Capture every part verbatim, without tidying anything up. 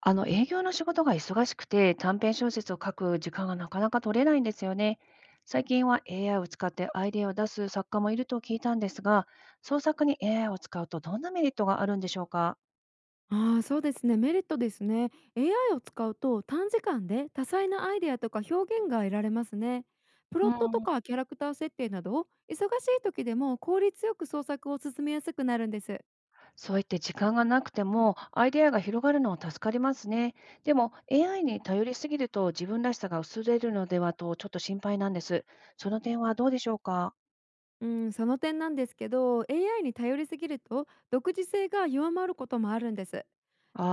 あの営業の仕事が忙しくて短編小説を書く時間がなかなか取れないんですよね。最近は エーアイ を使ってアイデアを出す作家もいると聞いたんですが、創作に エーアイ を使うとどんなメリットがあるんでしょうか？ああ、そうですね。メリットですね。 エーアイ を使うと短時間で多彩なアイデアとか表現が得られますね。プうロットとん、かキャラクター設定など忙しい時でも効率よく創作を進めやすくなるんです。そう言って時間がなくてもアイデアが広がるのは助かりますね。でも エーアイ に頼りすぎると自分らしさが薄れるのではとちょっと心配なんです。その点はどうでしょうか？うん、その点なんですけど エーアイ に頼りすぎると独自性が弱まることもあるんです。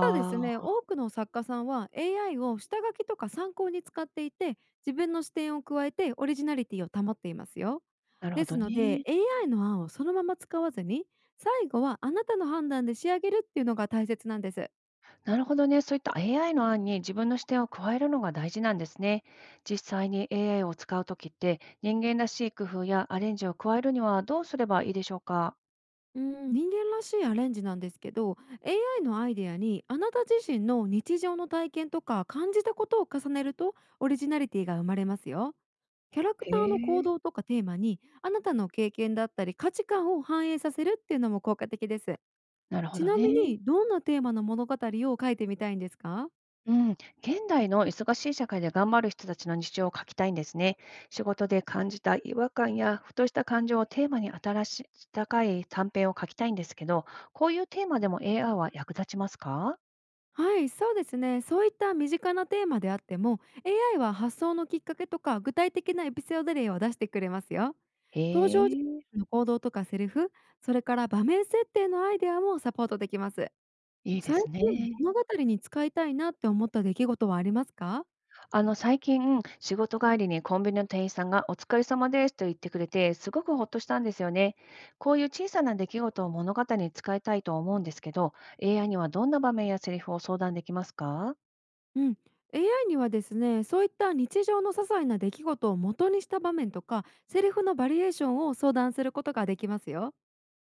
ただですね、あ多くの作家さんは エーアイ を下書きとか参考に使っていて、自分の視点を加えてオリジナリティを保っていますよ。ー、なるほでどすので ね。エーアイ の案をそのまま使わずに、最後はあなたの判断で仕上げるっていうのが大切なんです。なるほどね。そういった エーアイ の案に自分の視点を加えるのが大事なんですね。実際に エーアイ を使うときって、人間らしい工夫やアレンジを加えるにはどうすればいいでしょうか？うん、人間らしいアレンジなんですけど、 エーアイ のアイデアにあなた自身の日常の体験とか感じたことを重ねるとオリジナリティが生まれますよ。キャラクへターの行え、動とかテーマにあなたの経験だったり価値観を反映させるっていうのも効果的です。なるほちどなみね。にどんなテーマの物語を書いてみたいんですか？うん。現代の忙しい社会で頑張る人たちの日常を書きたいんですね。仕事で感じた違和感やふとした感情をテーマに新し高い短編を書きたいんですけど、こういうテーマでも エーアイ は役立ちますか？はい、そうですね。そういった身近なテーマであっても、エーアイ は発想のきっかけとか具体的なエピソード例を出してくれますよ。へ登場人え、物の行動とかセリフ、それから場面設定のアイデアもサポートできます。いいで最す近ね。物語に使いたいなって思った出来事はありますか？あの、最近、仕事帰りにコンビニの店員さんがお疲れ様ですと言ってくれて、すごくほっとしたんですよね。こういう小さな出来事を物語に使いたいと思うんですけど、エーアイ にはどんな場面やセリフを相談できますか？うん。エーアイ にはですね、そういった日常の些細な出来事を元にした場面とか、セリフのバリエーションを相談することができますよ。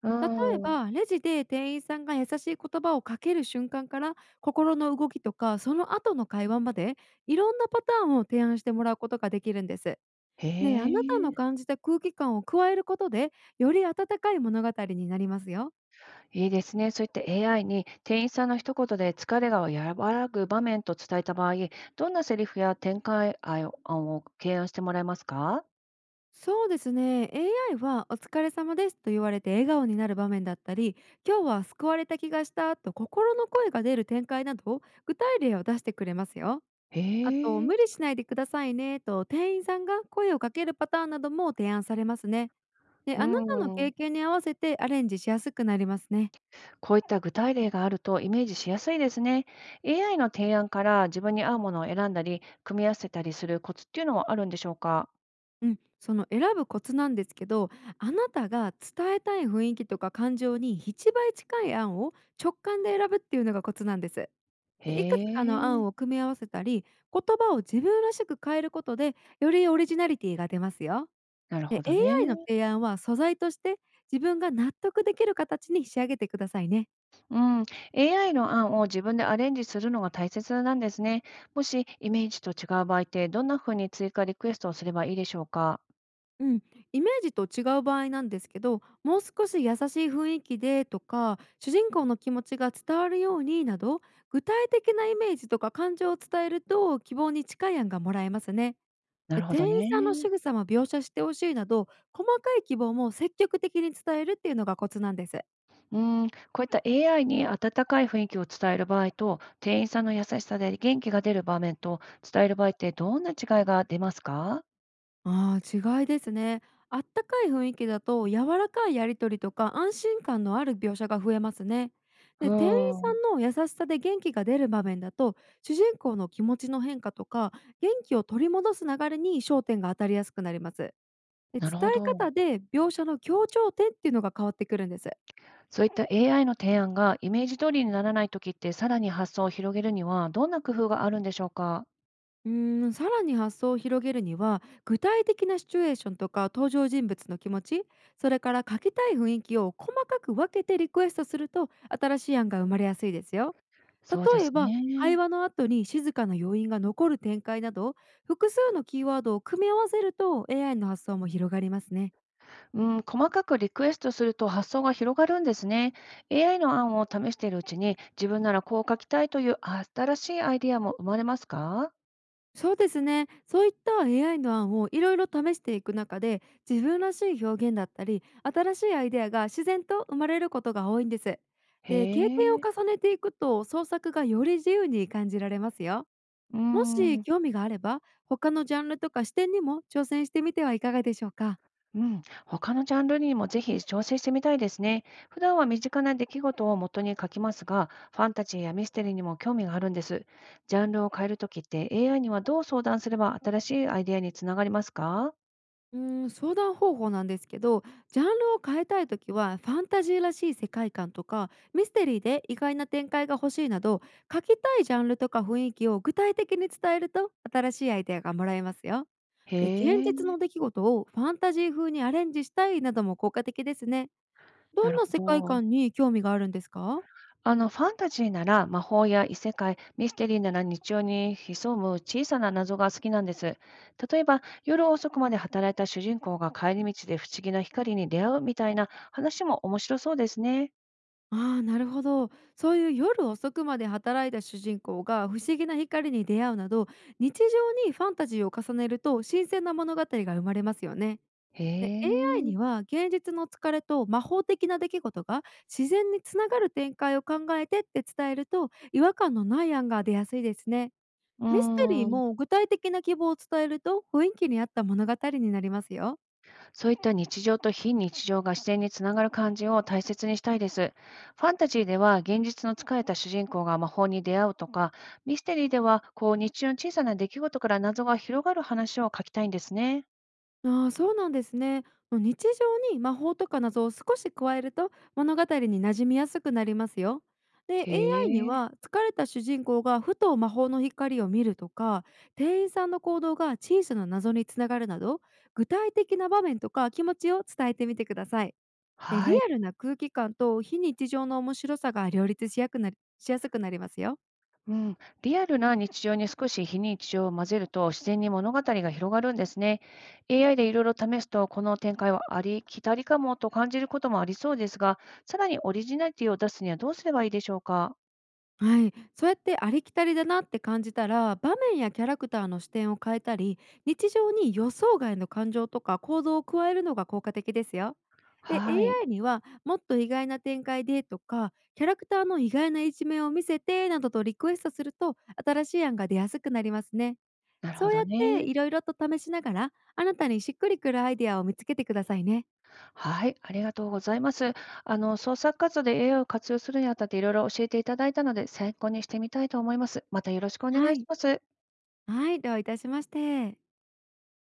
うー例えん、ば、レジで店員さんが優しい言葉をかける瞬間から、心の動きとか、その後の会話まで、いろんなパターンを提案してもらうことができるんです。へで、あなたのえ、感じた空気感を加えることで、より温かい物語になりますよ。いいですね。そういった エーアイ に店員さんの一言で疲れが和らぐ場面と伝えた場合、どんなセリフや展開案を案を提案してもらえますか？そうですね。エーアイ はお疲れ様ですと言われて笑顔になる場面だったり、今日は救われた気がしたと心の声が出る展開など、具体例を出してくれますよ。あとへえ、「無理しないでくださいね」と店員さんが声をかけるパターンなども提案されますね。で、うあなたのん。経験に合わせてアレンジしやすくなりますね。こういった具体例があるとイメージしやすいですね。エーアイ の提案から自分に合うものを選んだり、組み合わせたりするコツっていうのはあるんでしょうか？うん、その選ぶコツなんですけど、あなたが伝えたい雰囲気とか感情にいちばい近い案を直感で選ぶっていうのがコツなんです。へでいくつかの案をえ、組み合わせたり、言葉を自分らしく変えることで、よりオリジナリティが出ますよ。なるほで、ど エーアイ のね。提案は素材として自分が納得できる形に仕上げてくださいね。うん。エーアイ の案を自分でアレンジするのが大切なんですね。もしイメージと違う場合って、どんなふうに追加リクエストをすればいいでしょうか？うん、イメージと違う場合なんですけど、もう少し優しい雰囲気でとか主人公の気持ちが伝わるようになど、具体的なイメージとか感情を伝えると希望に近い案がもらえますね。なでるほど店員さんのね。仕草も描写してほしいなど、細かい希望も積極的に伝えるっていうのがコツなんです。うん。こういった エーアイ に温かい雰囲気を伝える場合と、店員さんの優しさで元気が出る場面と伝える場合って、どんな違いが出ますか？ああ、違いですね。あったかい雰囲気だと柔らかいやり取りとか安心感のある描写が増えますね。うで店員ーさん、んの優しさで元気が出る場面だと、主人公の気持ちの変化とか元気を取り戻す流れに焦点が当たりやすくなります。でな伝るほえ方ど。で描写の強調点っていうのが変わってくるんです。そういった エーアイ の提案がイメージ通りにならないときって、さらに発想を広げるにはどんな工夫があるんでしょうか？うーん、さらに発想を広げるには具体的なシチュエーションとか登場人物の気持ち、それから書きたい雰囲気を細かく分けてリクエストすると新しい案が生まれやすいですよ。そうで例すえば会ね。話の後に静かな要因が残る展開など、複数のキーワードを組み合わせると エーアイ の発想も広がりますね。うん、細かくリクエストすると発想が広がるんですね。エーアイ の案を試しているうちに、自分ならこう書きたいという新しいアイディアも生まれますか？そうですね。そういった エーアイ の案をいろいろ試していく中で、自分らしい表現だったり、新しいアイデアが自然と生まれることが多いんです。へで、経験をえ。う重ねていくと創作がより自由に感じられますよ。ーもしん。興味があれば、他のジャンルとか視点にも挑戦してみてはいかがでしょうか。うん、他のジャンルにもぜひ挑戦してみたいですね。普段は身近な出来事を元に書きますが、ファンタジーやミステリーにも興味があるんです。ジャンルを変えるときって エーアイ にはどう相談すれば新しいアイデアにつながりますか？うーん、相談方法なんですけど、ジャンルを変えたいときは、ファンタジーらしい世界観とか、ミステリーで意外な展開が欲しいなど、書きたいジャンルとか雰囲気を具体的に伝えると、新しいアイデアがもらえますよ。へで、現実え、の出来事をファンタジー風にアレンジしたいなども効果的ですね。どなんるほな世界ど。観に興味があるんですか？あの、ファンタジーなら魔法や異世界、ミステリーなら日常に潜む小さな謎が好きなんです。例えば、夜遅くまで働いた主人公が帰り道で不思議な光に出会うみたいな話も面白そうですね。ああ、なるほど。そういう夜遅くまで働いた主人公が不思議な光に出会うなど、日常にファンタジーを重ねると新鮮な物語が生まれますよね。へで、エーアイ え。には現実の疲れと魔法的な出来事が自然につながる展開を考えてって伝えると、違和感のない案が出やすいですね。うミステリーーん。も具体的な希望を伝えると雰囲気に合った物語になりますよ。そういった日常と非日常が自然につながる感じを大切にしたいです。ファンタジーでは現実の疲れた主人公が魔法に出会うとか、ミステリーではこう日常の小さな出来事から謎が広がる話を書きたいんですね。ああ、そうなんですね。もう日常に魔法とか謎を少し加えると物語に馴染みやすくなりますよ。で へ エーアイ にはえ。疲れた主人公がふと魔法の光を見るとか、店員さんの行動が小さな謎につながるなど、具体的な場面とか気持ちを伝えてみてください。でリはい。アルな空気感と非日常の面白さが両立しやくなりしやすくなりますよ。うん、リアルな日常に少し非日常を混ぜると自然に物語が広がるんですね。エーアイ でいろいろ試すとこの展開はありきたりかもと感じることもありそうですが、さらにオリジナリティを出すにはどうすればいいでしょうか？はい、そうやってありきたりだなって感じたら、場面やキャラクターの視点を変えたり日常に予想外の感情とか行動を加えるのが効果的ですよ。で はい。エーアイ にはもっと意外な展開でとか、キャラクターの意外な一面を見せてなどとリクエストすると新しい案が出やすくなりますね。なるほそうどやってね。いろいろと試しながら、あなたにしっくりくるアイデアを見つけてくださいね。はい。ありがとうございます。あの、創作活動で エーアイ を活用するにあたっていろいろ教えていただいたので、参考にしてみたいと思います。またよろしくお願はいしい、ます。はい、どういたしまして。